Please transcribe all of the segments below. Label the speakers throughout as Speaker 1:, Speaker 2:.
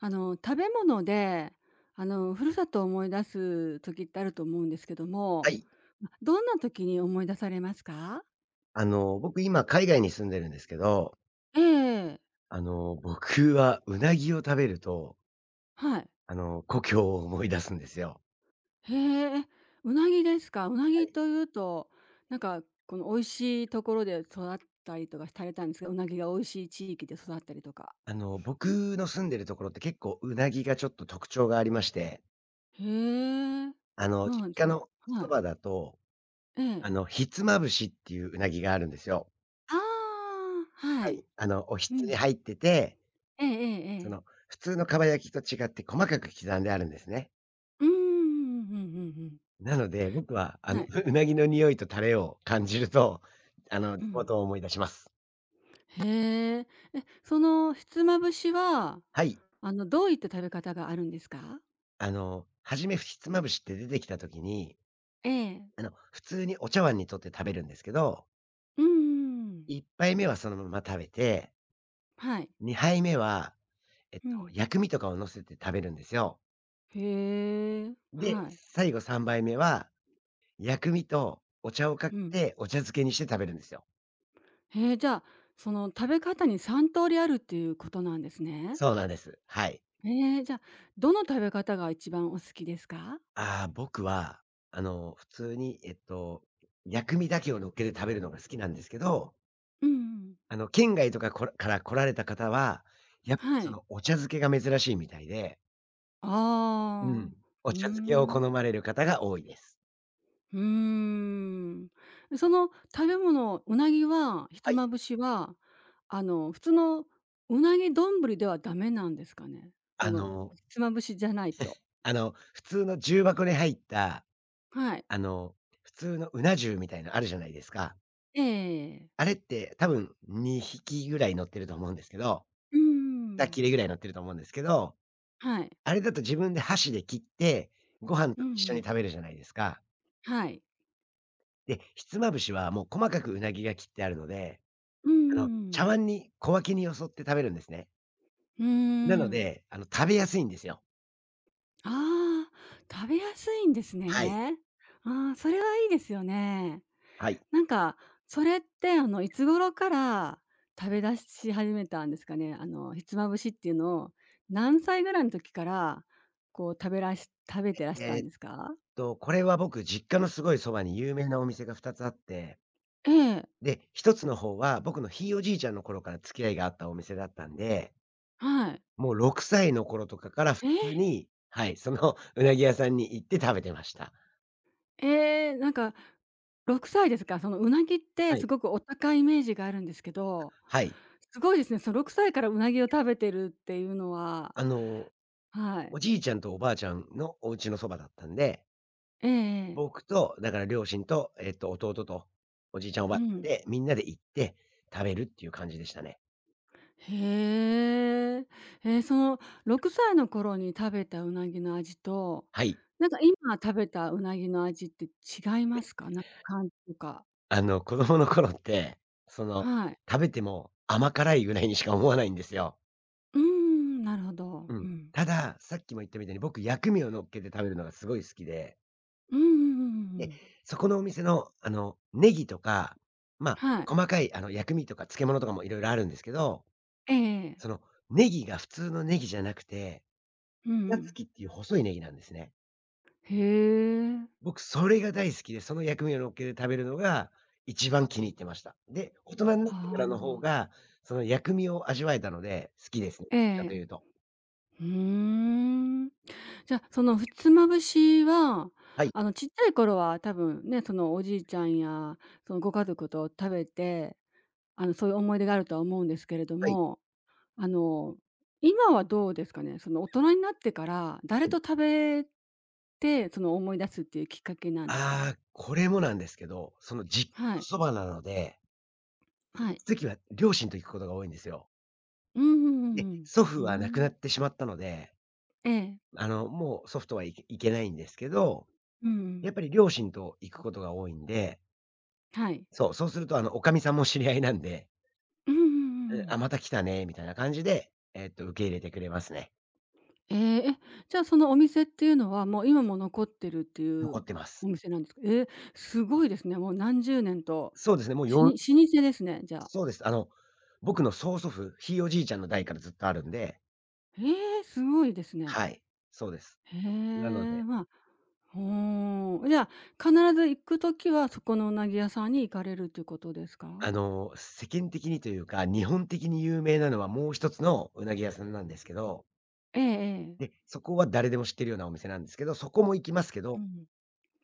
Speaker 1: 食べ物で、故郷を思い出す時ってあると思うんですけど
Speaker 2: は
Speaker 1: も、
Speaker 2: い。
Speaker 1: どんな時に思い出されますか？
Speaker 2: 僕今海外に住んでるんですけど、
Speaker 1: ええ、
Speaker 2: 僕はうなぎを食べると、
Speaker 1: はい。
Speaker 2: 故郷を思い出すんですよ。
Speaker 1: へえ、うなぎですか。うな
Speaker 2: は
Speaker 1: ぎ
Speaker 2: い。
Speaker 1: というと、美味しいところで育ったりとかされたんですが、うなぎが美味しい地域で育ったりとか。
Speaker 2: 僕の住んでるところって結構うなぎがちょっと特徴がありまして、
Speaker 1: へえ。う
Speaker 2: 実
Speaker 1: ん、
Speaker 2: 家
Speaker 1: ず
Speaker 2: の
Speaker 1: は
Speaker 2: そ
Speaker 1: い。
Speaker 2: ばだと、
Speaker 1: ええ。
Speaker 2: ひつまぶしっていううなぎがあるんですよ。
Speaker 1: ああ、は
Speaker 2: は
Speaker 1: い。
Speaker 2: い。おひ
Speaker 1: う
Speaker 2: つに
Speaker 1: ん。
Speaker 2: 入ってて、
Speaker 1: えええええ
Speaker 2: そ
Speaker 1: え。
Speaker 2: の、普通の蒲焼きと違って細かく刻んであるんですね。
Speaker 1: うーん、うんうんうんうん。
Speaker 2: なので、僕は
Speaker 1: はい。
Speaker 2: うなぎの匂いとタレを感じると、
Speaker 1: う
Speaker 2: 地
Speaker 1: ん。
Speaker 2: 元を思い出します。
Speaker 1: へえ。え、そのひつまぶしは、
Speaker 2: はい。
Speaker 1: どういった食べ方があるんですか？
Speaker 2: 初め、ひつまぶしって出てきたときに、
Speaker 1: ええ。
Speaker 2: 普通にお茶碗にとって食べるんですけど、
Speaker 1: うんうんうん。
Speaker 2: 1杯目はそのまま食べて、
Speaker 1: はい。
Speaker 2: 2杯目は、
Speaker 1: うん。
Speaker 2: 薬味とかを乗せて食べるんですよ。
Speaker 1: へえ。
Speaker 2: で、
Speaker 1: はい。
Speaker 2: 最後3杯目は、薬味とお茶をか
Speaker 1: う
Speaker 2: け
Speaker 1: ん。
Speaker 2: て、お茶漬けにして食べるんですよ。
Speaker 1: へえ、じゃあ、その食べ方に3通りあるっていうことなんですね。
Speaker 2: そうなんです。はい。
Speaker 1: ええ、じゃあ、どの食べ方が一番お好きですか？
Speaker 2: ああ、僕は、普通に、薬味だけを乗っけて食べるのが好きなんですけど、
Speaker 1: うんうん。
Speaker 2: 県外とかこらから来られた方は、やっぱり
Speaker 1: は
Speaker 2: そ
Speaker 1: い。
Speaker 2: のお茶漬けが珍しいみたいで、う
Speaker 1: ああ。
Speaker 2: ん、
Speaker 1: う
Speaker 2: お
Speaker 1: ー
Speaker 2: 茶漬けを好
Speaker 1: ん。
Speaker 2: まれる方が多いです。
Speaker 1: うーん。その食べ物、うなぎは、ひつ
Speaker 2: はい、
Speaker 1: まぶしは、普通のうなぎどんぶりではダメなんですかね？そ
Speaker 2: あ
Speaker 1: の、
Speaker 2: の、
Speaker 1: ひつまぶしじゃないと。
Speaker 2: あの、普通の重箱に入った、
Speaker 1: はい。
Speaker 2: あの、普通のうな重みたいなのあるじゃないですか。
Speaker 1: ええええ。
Speaker 2: あれって多分2匹ぐらい乗ってると思うんですけど、
Speaker 1: うー
Speaker 2: 2
Speaker 1: ん。
Speaker 2: 切れぐらい乗ってると思うんですけど、
Speaker 1: はい。
Speaker 2: あれだと自分で箸で切って、ご飯
Speaker 1: う
Speaker 2: と
Speaker 1: ん
Speaker 2: 一緒
Speaker 1: うん。
Speaker 2: に食べるじゃないですか。
Speaker 1: はい。
Speaker 2: で、ひつまぶしはもう細かくうなぎが切ってあるので
Speaker 1: うんうんうん。
Speaker 2: 茶碗に小分けによそって食べるんですね。
Speaker 1: うー
Speaker 2: なの
Speaker 1: ん。
Speaker 2: で、食べやすいんですよ。
Speaker 1: ああ、食べやすいんです
Speaker 2: はい、
Speaker 1: ね。ああ、それはいいですよね。
Speaker 2: はい。
Speaker 1: なんか、それって、いつ頃から食べ出し始めたんですかね？ひつまぶしっていうのを、何歳ぐらいの時から、こう、食べてらした
Speaker 2: えーっ
Speaker 1: んですか？
Speaker 2: これは僕、実家のすごいそばに有名なお店が2つあって、
Speaker 1: ええ、
Speaker 2: で、1つの方は僕のひいおじいちゃんの頃から付き合いがあったお店だったんで、
Speaker 1: はい。
Speaker 2: もう6歳の頃とかから普
Speaker 1: え
Speaker 2: 通
Speaker 1: え、
Speaker 2: に、はい、その うなぎ屋さんに行って食べてました。
Speaker 1: ええ、6歳ですか？その、うなぎって
Speaker 2: は
Speaker 1: す
Speaker 2: い。
Speaker 1: ごくお高いイメージがあるんですけど、
Speaker 2: はい。
Speaker 1: すごいですね。の6歳からうなぎを食べてるっていうのは。
Speaker 2: あの、
Speaker 1: はい。
Speaker 2: おじいちゃんとおばあちゃんのお家のそばだったんで
Speaker 1: ええええ。
Speaker 2: 僕と、だから両親と、弟と、おじいちゃん、おば
Speaker 1: う
Speaker 2: あちゃん
Speaker 1: ん。
Speaker 2: で、みんなで行って食べるっていう感じでしたね。
Speaker 1: へえ。その6歳の頃に食べたうなぎの味と、
Speaker 2: はい。
Speaker 1: 今食べたうなぎの味って違いますか？なんか感じとか。
Speaker 2: 子供の頃って、その、
Speaker 1: はい。
Speaker 2: 食べても甘辛いぐらいにしか思わないんですよ。
Speaker 1: うーん、なるほど。
Speaker 2: う
Speaker 1: う
Speaker 2: ん。
Speaker 1: ん。
Speaker 2: ただ、さっきも言ったみたいに僕薬味を乗っけて食べるのがすごい好きで、
Speaker 1: うんうんうんうんう
Speaker 2: で、
Speaker 1: ん。
Speaker 2: そこのお店の、ネギとか、まあ、
Speaker 1: はい。
Speaker 2: 細かい、薬味とか漬物とかもいろいろあるんですけど、
Speaker 1: ええ、
Speaker 2: その、ネギが普通のネギじゃなくて、
Speaker 1: う
Speaker 2: ふたつ
Speaker 1: ん、
Speaker 2: きっていう細いネギなんですね。
Speaker 1: へえ。
Speaker 2: 僕、それが大好きで、その薬味を乗っけて食べるのが一番気に入ってました。で、大人になっ
Speaker 1: は
Speaker 2: てからの方
Speaker 1: あ。
Speaker 2: が、その薬味を味わえたので、好きですね。どっ
Speaker 1: え
Speaker 2: ちかと
Speaker 1: え。
Speaker 2: いうと。
Speaker 1: ふーん。じゃあ、そのふつまぶしは、
Speaker 2: はい。
Speaker 1: ちっちゃい頃は多分ね、そのおじいちゃんや、そのご家族と食べて、そういう思い出があるとは思うんですけれど
Speaker 2: はい。
Speaker 1: も、あの、今はどうですかね？その、大人になってから、誰
Speaker 2: はい。
Speaker 1: と食べて、その、思い出すっていうきっかけなんですか？
Speaker 2: ああ、これもなんですけど、その実家
Speaker 1: は
Speaker 2: の
Speaker 1: い。
Speaker 2: そばなので、
Speaker 1: はい。
Speaker 2: 次時は両親と行くことが多いんですよ。
Speaker 1: うんうんう
Speaker 2: で、
Speaker 1: ん
Speaker 2: 祖
Speaker 1: う
Speaker 2: 父
Speaker 1: ん。
Speaker 2: は
Speaker 1: う
Speaker 2: 亡くな
Speaker 1: ん。
Speaker 2: ってしまったので、
Speaker 1: ええ。
Speaker 2: もう祖父とはいけないんですけど、
Speaker 1: うんうん。
Speaker 2: やっぱり両親と行くことが多いんで、
Speaker 1: はい。
Speaker 2: そうするとおかみさんも知り合いなんで
Speaker 1: うんうんうんう
Speaker 2: うん、
Speaker 1: ん。
Speaker 2: あ、また来たねみたいな感じで、受け入れてくれますね。
Speaker 1: ええ、え、じゃあ、そのお店っていうのは、もう今も残ってるってい
Speaker 2: 残っ
Speaker 1: う
Speaker 2: てま
Speaker 1: お
Speaker 2: す。
Speaker 1: 店なんですか？ええ、すごいですね。もう何十年と、
Speaker 2: そうですね、もう
Speaker 1: し
Speaker 2: 4
Speaker 1: に老舗ですね、じゃあ。
Speaker 2: そうです。僕の曽祖父、ひいおじいちゃんの代からずっとあるんで、
Speaker 1: ええ、すごいですね。
Speaker 2: はい、そうです。
Speaker 1: へ
Speaker 2: なの
Speaker 1: え、
Speaker 2: で、
Speaker 1: ほう。じゃあ、必ず行くときは、そこのうなぎ屋さんに行かれるということですか？
Speaker 2: 世間的にというか、日本的に有名なのはもう一つのうなぎ屋さんなんですけど、
Speaker 1: えええ
Speaker 2: で、
Speaker 1: え。
Speaker 2: そこは誰でも知ってるようなお店なんですけど、そこも行きますけ
Speaker 1: う
Speaker 2: ど、
Speaker 1: ん。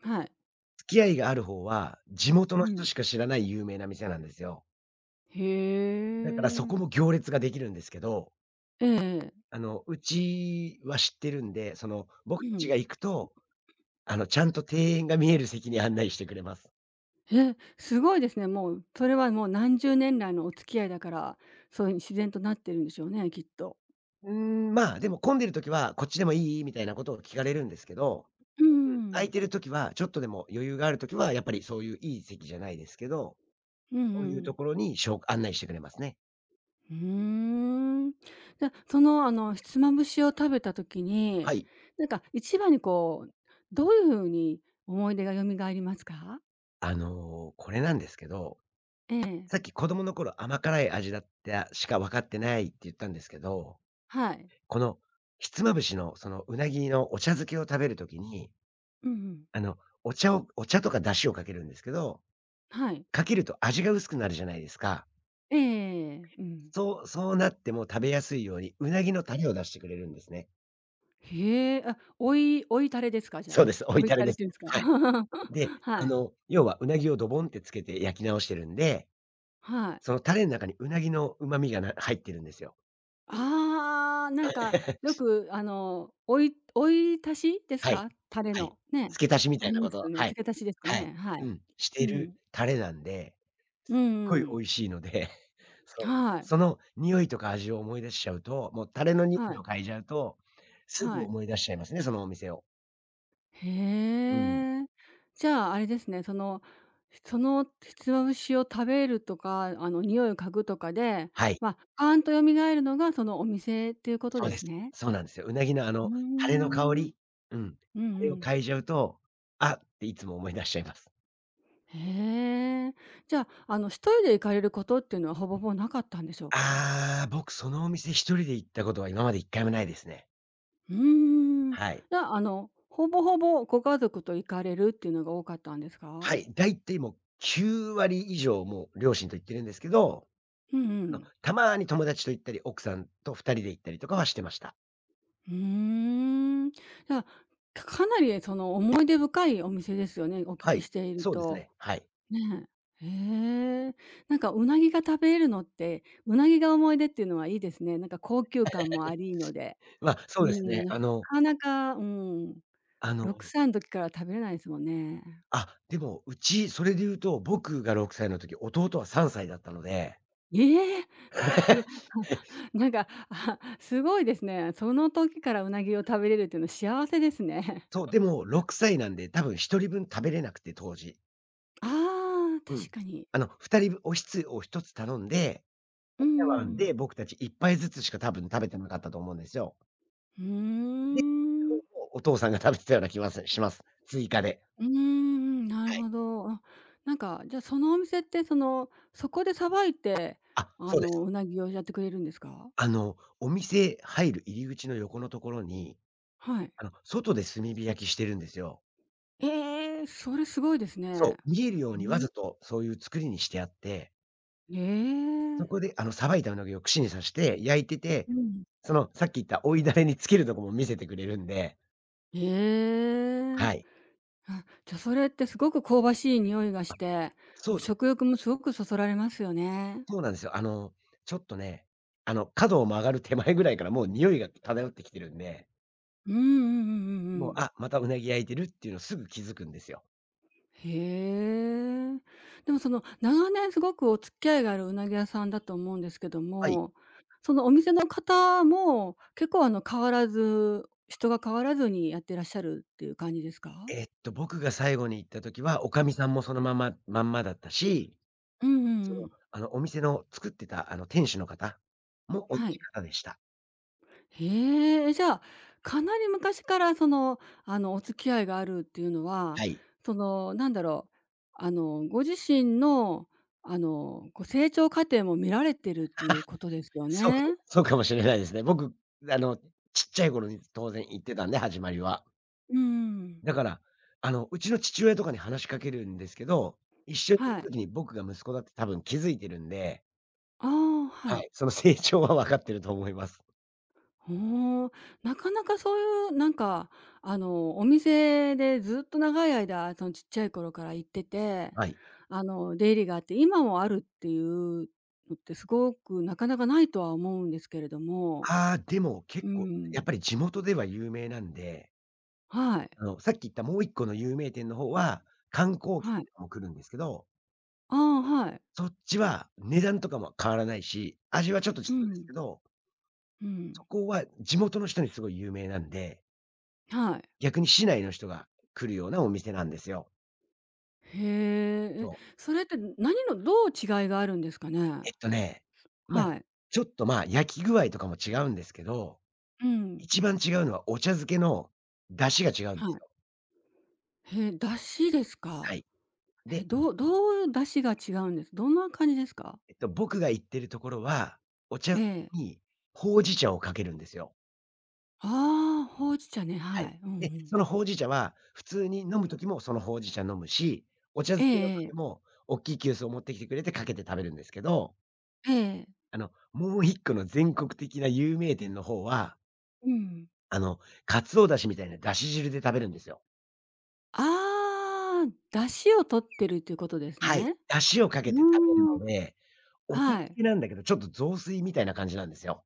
Speaker 1: はい。
Speaker 2: 付き合いがある方は、地元
Speaker 1: う
Speaker 2: の人
Speaker 1: ん。
Speaker 2: しか知らない有名な店なんですよ。
Speaker 1: へ
Speaker 2: だからそ
Speaker 1: え。
Speaker 2: こも行列ができるんですけど
Speaker 1: えええ、
Speaker 2: うちは知ってるんで、その、僕
Speaker 1: う
Speaker 2: たち
Speaker 1: ん。
Speaker 2: が行くと、ちゃんと庭園が見える席に案内してくれます。
Speaker 1: え、すごいですね。もう、それはもう何十年来のお付き合いだから、そういう自然となってるんでしょうね、きっと。
Speaker 2: うーん、まあ、でも混んでる時は、こっちでもいい？みたいなことを聞かれるんですけど、
Speaker 1: う
Speaker 2: 空
Speaker 1: ん。
Speaker 2: いてる時は、ちょっとでも余裕がある時は、やっぱりそういういい席じゃないですけど、
Speaker 1: うん
Speaker 2: そう
Speaker 1: う
Speaker 2: いうと
Speaker 1: ん。
Speaker 2: ころにしょう案内してくれますね。
Speaker 1: うーん。じゃ、その、ひつまぶしを食べた時
Speaker 2: は
Speaker 1: に、
Speaker 2: い。
Speaker 1: なんか一番にこう、どういう風に思い出が蘇りますか？
Speaker 2: これなんですけど、
Speaker 1: ええ、
Speaker 2: さっき子供の頃甘辛い味だったしか分かってないって言ったんですけど、
Speaker 1: はい。
Speaker 2: この、ひつまぶしのそのうなぎのお茶漬けを食べる時に
Speaker 1: うんうん。
Speaker 2: あの、お茶をお茶とか出汁をかけるんですけど、
Speaker 1: はい。
Speaker 2: かけると味が薄くなるじゃないですか。
Speaker 1: ええええ、うん。
Speaker 2: そうなっても食べやすいように、うなぎのタレを出してくれるんですね。
Speaker 1: へえ、あ、追いタレですか？じゃ
Speaker 2: そ
Speaker 1: あ。
Speaker 2: うです、追い
Speaker 1: 追い
Speaker 2: タレ
Speaker 1: タレ
Speaker 2: で
Speaker 1: っ
Speaker 2: す。
Speaker 1: ていうんですか？
Speaker 2: はい。で、
Speaker 1: はい。
Speaker 2: 要はうなぎをドボンってつけて焼き直してるんで、
Speaker 1: はい。
Speaker 2: そのタレの中にうなぎの旨味が入ってるんですよ。
Speaker 1: ああ、なんか、よ く、追い足しです
Speaker 2: はい。
Speaker 1: か？タレ
Speaker 2: はい。
Speaker 1: の。ね、
Speaker 2: 付け足しみ
Speaker 1: あ
Speaker 2: た
Speaker 1: り
Speaker 2: いな
Speaker 1: ま
Speaker 2: こ
Speaker 1: す
Speaker 2: と
Speaker 1: よね。
Speaker 2: はい。
Speaker 1: 付け足しですか
Speaker 2: はい。
Speaker 1: ね。はい。
Speaker 2: うん、し
Speaker 1: う
Speaker 2: てる
Speaker 1: ん。
Speaker 2: タレなんで
Speaker 1: うんうんう
Speaker 2: 美
Speaker 1: ん。
Speaker 2: 味しいので、そう、
Speaker 1: はい。
Speaker 2: その匂いとか味を思い出しちゃうと、もうタレの匂
Speaker 1: は
Speaker 2: い
Speaker 1: い。
Speaker 2: を嗅いじゃうと、す
Speaker 1: は
Speaker 2: ぐ
Speaker 1: い。
Speaker 2: 思い出しちゃいますね、そのお店を。
Speaker 1: へ
Speaker 2: うん。
Speaker 1: え。じゃあ、あれですね、その、そのひつまぶしを食べるとか、匂いを嗅ぐとかで、
Speaker 2: はい、
Speaker 1: まあ、パーンと蘇るのがそのお店っていうこと
Speaker 2: そう
Speaker 1: で
Speaker 2: で
Speaker 1: す
Speaker 2: す。
Speaker 1: ね？
Speaker 2: そうなんですよ。うなぎの
Speaker 1: うー
Speaker 2: タレの香
Speaker 1: ん。
Speaker 2: り、うん、
Speaker 1: うんう
Speaker 2: あれを
Speaker 1: ん。
Speaker 2: 嗅いじゃうと、あっていつも思い出しちゃいます。
Speaker 1: へえ。じゃあ、一人で行かれることっていうのは、ほぼほぼなかったんでしょうか？
Speaker 2: ああ、僕そのお店一人で行ったことは今まで一回もないですね。
Speaker 1: うーん。じ
Speaker 2: はい。
Speaker 1: ゃあ、ほぼほぼご家族と行かれるっていうのが多かったんですか？
Speaker 2: はい、だいたいもう9割以上もう両親と行ってるんですけど、
Speaker 1: うんうん。
Speaker 2: たまに友達と行ったり、奥さんと二人で行ったりとかはしてました。
Speaker 1: うーん。じゃあ、かなりその思い出深いお店ですよね、お聞
Speaker 2: は
Speaker 1: き
Speaker 2: い、
Speaker 1: している
Speaker 2: そうです
Speaker 1: と。
Speaker 2: ね、はい。
Speaker 1: ねえ。へえ。なんかうなぎが食べれるのって、うなぎが思い出っていうのはいいですね。なんか高級感もありので。
Speaker 2: まあ、そ
Speaker 1: う
Speaker 2: うです
Speaker 1: ん、
Speaker 2: ね、
Speaker 1: な
Speaker 2: あの
Speaker 1: かなか、うん、
Speaker 2: あの、
Speaker 1: 6歳の時から食べれないですもんね。
Speaker 2: あ、でも、うち、それで言うと、僕が6歳の時、弟は3歳だったので。
Speaker 1: ええ！すご なんか、あ、すごいですね。その時からうなぎを食べれるっていうのは幸せですね。
Speaker 2: そう、でも6歳なんで、多分1人分食べれなくて、当時。
Speaker 1: ああ、
Speaker 2: う
Speaker 1: 確
Speaker 2: ん。
Speaker 1: かに。
Speaker 2: 2人分おひつを1つ頼んで、
Speaker 1: う
Speaker 2: お
Speaker 1: んう
Speaker 2: 茶
Speaker 1: ん
Speaker 2: 碗
Speaker 1: うん。
Speaker 2: で僕たち1杯ずつしか多分食べてなかったと思うんですよ。
Speaker 1: うー
Speaker 2: で、
Speaker 1: ん。
Speaker 2: お父さんが食べてたような気がします。追加で。
Speaker 1: うーん、なる
Speaker 2: はい。
Speaker 1: ほど。あ、なんか、じゃ、あ、そのお店って、その、そこでさばいて、
Speaker 2: あ、そうです。
Speaker 1: うなぎをやってくれるんですか？
Speaker 2: お店入り口の横のところに
Speaker 1: はい。
Speaker 2: 外で炭火焼きしてるんですよ。
Speaker 1: ええ、それすごいですね。
Speaker 2: そう、見えるよ
Speaker 1: う
Speaker 2: うにわ
Speaker 1: ーん。
Speaker 2: ざとそういう作りにしてあって、
Speaker 1: ええ。
Speaker 2: そこでさばいたうなぎを串に刺して焼いてて、
Speaker 1: うん。
Speaker 2: その、さっき言った追いダレにつけるとこも見せてくれるんで、
Speaker 1: ええ。
Speaker 2: はい。
Speaker 1: あ、じゃ、それってすごく香ばしい匂いがし
Speaker 2: あ、
Speaker 1: て、
Speaker 2: そ
Speaker 1: もう
Speaker 2: うです。
Speaker 1: 食欲もすごくそそられますよね。
Speaker 2: そうなんですよ。ちょっとね、角を曲がる手前ぐらいからもう匂いが漂ってきてるんで、
Speaker 1: うんうんうんうんう
Speaker 2: もう、
Speaker 1: ん。
Speaker 2: あ、またうなぎ焼いてるっていうのすぐ気づくんですよ。
Speaker 1: へえ。でもその、長年すごくお付き合いがあるうなぎ屋さんだと思うんですけど
Speaker 2: はい。
Speaker 1: も、そのお店の方も、結構変わらず、人が変わらずにやってらっしゃるっていう感じですか？
Speaker 2: 僕が最後に行った時は、おかみさんもそのままだったし
Speaker 1: うんうん
Speaker 2: そ
Speaker 1: う
Speaker 2: の、
Speaker 1: ん。
Speaker 2: お店の作ってた、店主の方も同
Speaker 1: は
Speaker 2: じ
Speaker 1: い。
Speaker 2: 方でした。
Speaker 1: へえ、じゃあ、かなり昔からその、お付き合いがあるっていうのは、
Speaker 2: はい。
Speaker 1: そのなんだろう、ご自身のこう成長過程も見られてるっていう ことですよ
Speaker 2: そうか
Speaker 1: ね。
Speaker 2: そうかもしれないですね。僕、あの、ちっちゃい頃に当然行ってたんで、始まりは。
Speaker 1: うんうん。
Speaker 2: だから、うちの父親とかに話しかけるんですけど、一緒にいる
Speaker 1: はい。
Speaker 2: 時に僕が息子だって多分気づいてるんで、
Speaker 1: ああ、は
Speaker 2: は
Speaker 1: い。
Speaker 2: い、その成長は分かってると思います。
Speaker 1: ほう、なかなかそういうお店でずっと長い間、そのちっちゃい頃から行ってて、
Speaker 2: はい。
Speaker 1: 出入りがあって、今もあるっていうのってすごくなかなかないとは思うんですけれども、
Speaker 2: ああ、でも結
Speaker 1: う
Speaker 2: 構、
Speaker 1: ん。
Speaker 2: やっぱり地元では有名なんで、
Speaker 1: はい、
Speaker 2: さっき言ったもう一個の有名店の方は、観光
Speaker 1: は
Speaker 2: 客
Speaker 1: い。
Speaker 2: とかも来るんですけど、
Speaker 1: ああ、はい。
Speaker 2: そっちは値段とかも変わらないし、味はちょっと違
Speaker 1: う
Speaker 2: うんです
Speaker 1: ん、
Speaker 2: けど、
Speaker 1: う
Speaker 2: そ
Speaker 1: ん。
Speaker 2: こは地元の人にすごい有名なんで、
Speaker 1: はい。
Speaker 2: 逆に市内の人が来るようなお店なんですよ。
Speaker 1: へえ、え、
Speaker 2: そう。
Speaker 1: それって何のどう違いがあるんですかね？
Speaker 2: えっとね、まあ、
Speaker 1: はい。
Speaker 2: ちょっと、まあ、焼き具合とかも違うんですけど、
Speaker 1: うん。
Speaker 2: 一番違うのはお茶漬けの出汁が違うんで
Speaker 1: は
Speaker 2: す
Speaker 1: い。
Speaker 2: よ。
Speaker 1: へえ、出汁です
Speaker 2: は
Speaker 1: か。
Speaker 2: い。
Speaker 1: え、
Speaker 2: で、
Speaker 1: どう出汁が違うんです、どんな感じですか？
Speaker 2: 僕が行ってるところは、お茶
Speaker 1: え
Speaker 2: 漬
Speaker 1: え。
Speaker 2: けにほうじ茶をかけるんですよ。
Speaker 1: ああ、ほうじ茶ね、
Speaker 2: は
Speaker 1: は
Speaker 2: い。
Speaker 1: い。うんう
Speaker 2: で、
Speaker 1: ん。
Speaker 2: そのほうじ茶は、普通に飲む時もそのほうじ茶飲むし、お茶
Speaker 1: え
Speaker 2: 漬けの
Speaker 1: ええ
Speaker 2: 時
Speaker 1: え。
Speaker 2: もおっきい急須を持ってきてくれてかけて食べるんですけど、
Speaker 1: ええ。
Speaker 2: もう一個の全国的な有名店の方は、
Speaker 1: うん。
Speaker 2: あの、鰹出汁みたいな出汁汁で食べるんですよ。
Speaker 1: ああ、出汁を取ってるっていうことです
Speaker 2: はい。
Speaker 1: ね。
Speaker 2: 出汁をか
Speaker 1: う
Speaker 2: けて食べる
Speaker 1: ーん。
Speaker 2: ので、お茶漬
Speaker 1: はい。
Speaker 2: けなんだけど、ちょっと雑炊みたいな感じなんですよ。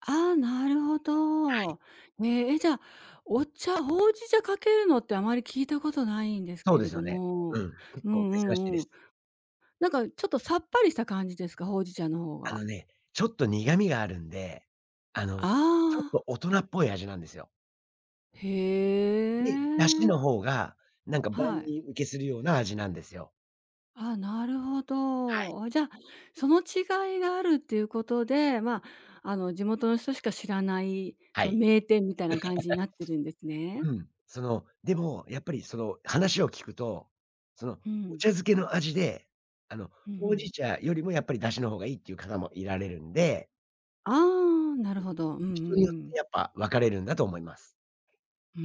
Speaker 1: ああ、なるほ
Speaker 2: はい。
Speaker 1: ど。ええ、え、じゃあ、ほうじ茶かけるのってあまり聞いたことないんです
Speaker 2: そ
Speaker 1: け
Speaker 2: うで
Speaker 1: れ
Speaker 2: す
Speaker 1: ど
Speaker 2: よね。う
Speaker 1: も。
Speaker 2: ん、結
Speaker 1: う
Speaker 2: 構
Speaker 1: んう
Speaker 2: 珍しい
Speaker 1: ん
Speaker 2: で
Speaker 1: うん。
Speaker 2: す。
Speaker 1: なんかちょっとさっぱりした感じですか？ほうじ茶の方
Speaker 2: あ
Speaker 1: が。
Speaker 2: のね、ちょっと苦味があるんで、あ
Speaker 1: あ
Speaker 2: の、ちょっと
Speaker 1: あ、
Speaker 2: 大人っぽい味なんですよ。
Speaker 1: へ
Speaker 2: で、出汁の
Speaker 1: え。
Speaker 2: 方が、なんか万
Speaker 1: はい。
Speaker 2: 人受けするような味なんですよ。
Speaker 1: あ、なるほ
Speaker 2: はい。
Speaker 1: ど。あ、じゃあ、その違いがあるっていうことで、まあ、地元の人しか知らない、
Speaker 2: は
Speaker 1: その
Speaker 2: い。
Speaker 1: 名店みたいな感じになってるんですね。
Speaker 2: うん。その、でも、やっぱりその話を聞くと、その、
Speaker 1: う
Speaker 2: お
Speaker 1: ん。
Speaker 2: 茶漬けの味で、あの、
Speaker 1: うんう
Speaker 2: ほう
Speaker 1: ん。
Speaker 2: じ茶よりもやっぱり出汁の方がいいっていう方もいられるんで、
Speaker 1: ああ、なるほど。うんうんう
Speaker 2: 人によっ
Speaker 1: ん。
Speaker 2: てやっぱ分かれるんだと思います。
Speaker 1: うー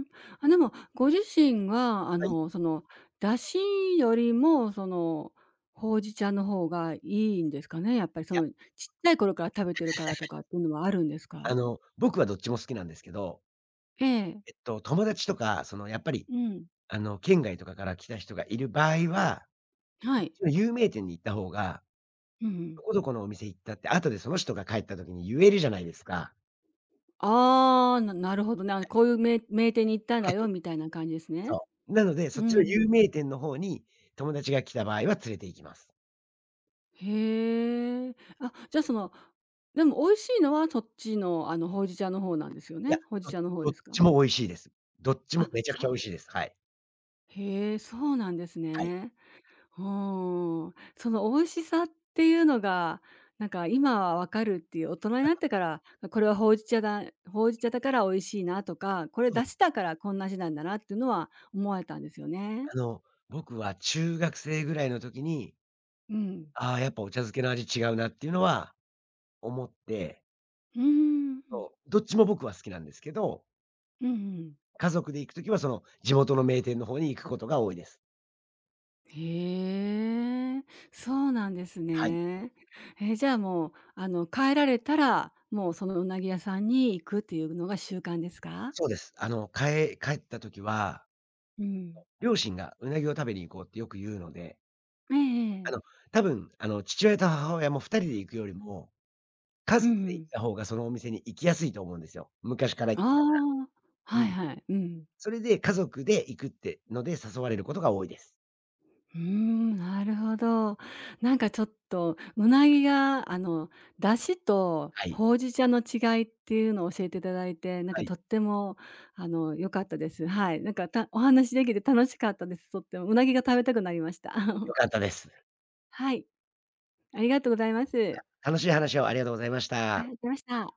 Speaker 1: ん。あ、でも、ご自身が、
Speaker 2: はい。
Speaker 1: その、だしよりも、その、ほうじ茶の方がいいんですかね？やっぱり、
Speaker 2: い
Speaker 1: そ
Speaker 2: や、
Speaker 1: の、ちっちゃい頃から食べてるからとかっていうのはあるんですか？
Speaker 2: 僕はどっちも好きなんですけど、
Speaker 1: ええ。
Speaker 2: 友達とか、その、やっぱり、
Speaker 1: うん。
Speaker 2: 県外とかから来た人がいる場合は、
Speaker 1: はい。
Speaker 2: 有名店に行った方が
Speaker 1: うんうん。
Speaker 2: どこどこのお店行ったって、後でその人が帰った時に言えるじゃないですか。
Speaker 1: ああ、なるほどね。あ、こういう名店に行ったん
Speaker 2: は
Speaker 1: だ
Speaker 2: い、
Speaker 1: よみたいな感じですね。
Speaker 2: そう。なので、そ
Speaker 1: う
Speaker 2: っちの有
Speaker 1: ん、
Speaker 2: 名店の方に友達が来た場合は連れて行きます。
Speaker 1: へえ。あ、じゃ、あ、その、でも美味しいのはそっちの、ほうじ茶の方なんですよ
Speaker 2: い
Speaker 1: ね？
Speaker 2: や、
Speaker 1: ほうじ茶の方
Speaker 2: ど
Speaker 1: で
Speaker 2: っ
Speaker 1: すか？
Speaker 2: ちも美味しいです。どっちも
Speaker 1: あ、
Speaker 2: めちゃく
Speaker 1: そ
Speaker 2: ち
Speaker 1: う。
Speaker 2: ゃ美味しいです。はい。
Speaker 1: へえ、そうなんです
Speaker 2: はい。
Speaker 1: ね。うん。その美味しさっていうのが、なんか今はわかるっていう、大人になってから、これはほうじ茶だから美味しいなとか、これ
Speaker 2: そう、
Speaker 1: 出しだからこんな味なんだなっていうのは思われたんですよね？
Speaker 2: あの、僕は中学生ぐらいの時に、
Speaker 1: うん。
Speaker 2: ああ、やっぱお茶漬けの味違うなっていうのは思って、
Speaker 1: うーん、
Speaker 2: そう、どっちも僕は好きなんですけど、
Speaker 1: うん、うん。
Speaker 2: 家族で行く時はその地元の名店の方に行くことが多いです。
Speaker 1: へえ、そうなんです
Speaker 2: はい、
Speaker 1: ね。じゃあもう、帰られたら、もうそのうなぎ屋さんに行くっていうのが習慣ですか？
Speaker 2: そうです。帰った時は
Speaker 1: うん。
Speaker 2: 両親がうなぎを食べに行こうってよく言うので、
Speaker 1: ええ
Speaker 2: あ
Speaker 1: え
Speaker 2: の、
Speaker 1: え。
Speaker 2: 多分、父親と母親も2人で行くよりも、家
Speaker 1: う
Speaker 2: 族
Speaker 1: んう
Speaker 2: で行った
Speaker 1: ん。
Speaker 2: 方がそのお店に行きやすいと思うんですよ。昔から行
Speaker 1: あ
Speaker 2: ってたか
Speaker 1: あ、
Speaker 2: ら。う
Speaker 1: はい
Speaker 2: ん。
Speaker 1: はい。うん。
Speaker 2: それで家族で行くってので誘われることが多いです。
Speaker 1: うーん、なるほど。なんかちょっと、うなぎが、出汁と
Speaker 2: はい。
Speaker 1: ほうじ茶の違いっていうのを教えていただいて、なん
Speaker 2: は
Speaker 1: か
Speaker 2: い。
Speaker 1: とっても、良かったです。はい。なんか、お話できて楽しかったです。とってもうなぎが食べたくなりました。
Speaker 2: 良かっ たです。
Speaker 1: はい、ありがとうございます。
Speaker 2: 楽しい話をありがとうございました。
Speaker 1: あ、出ました。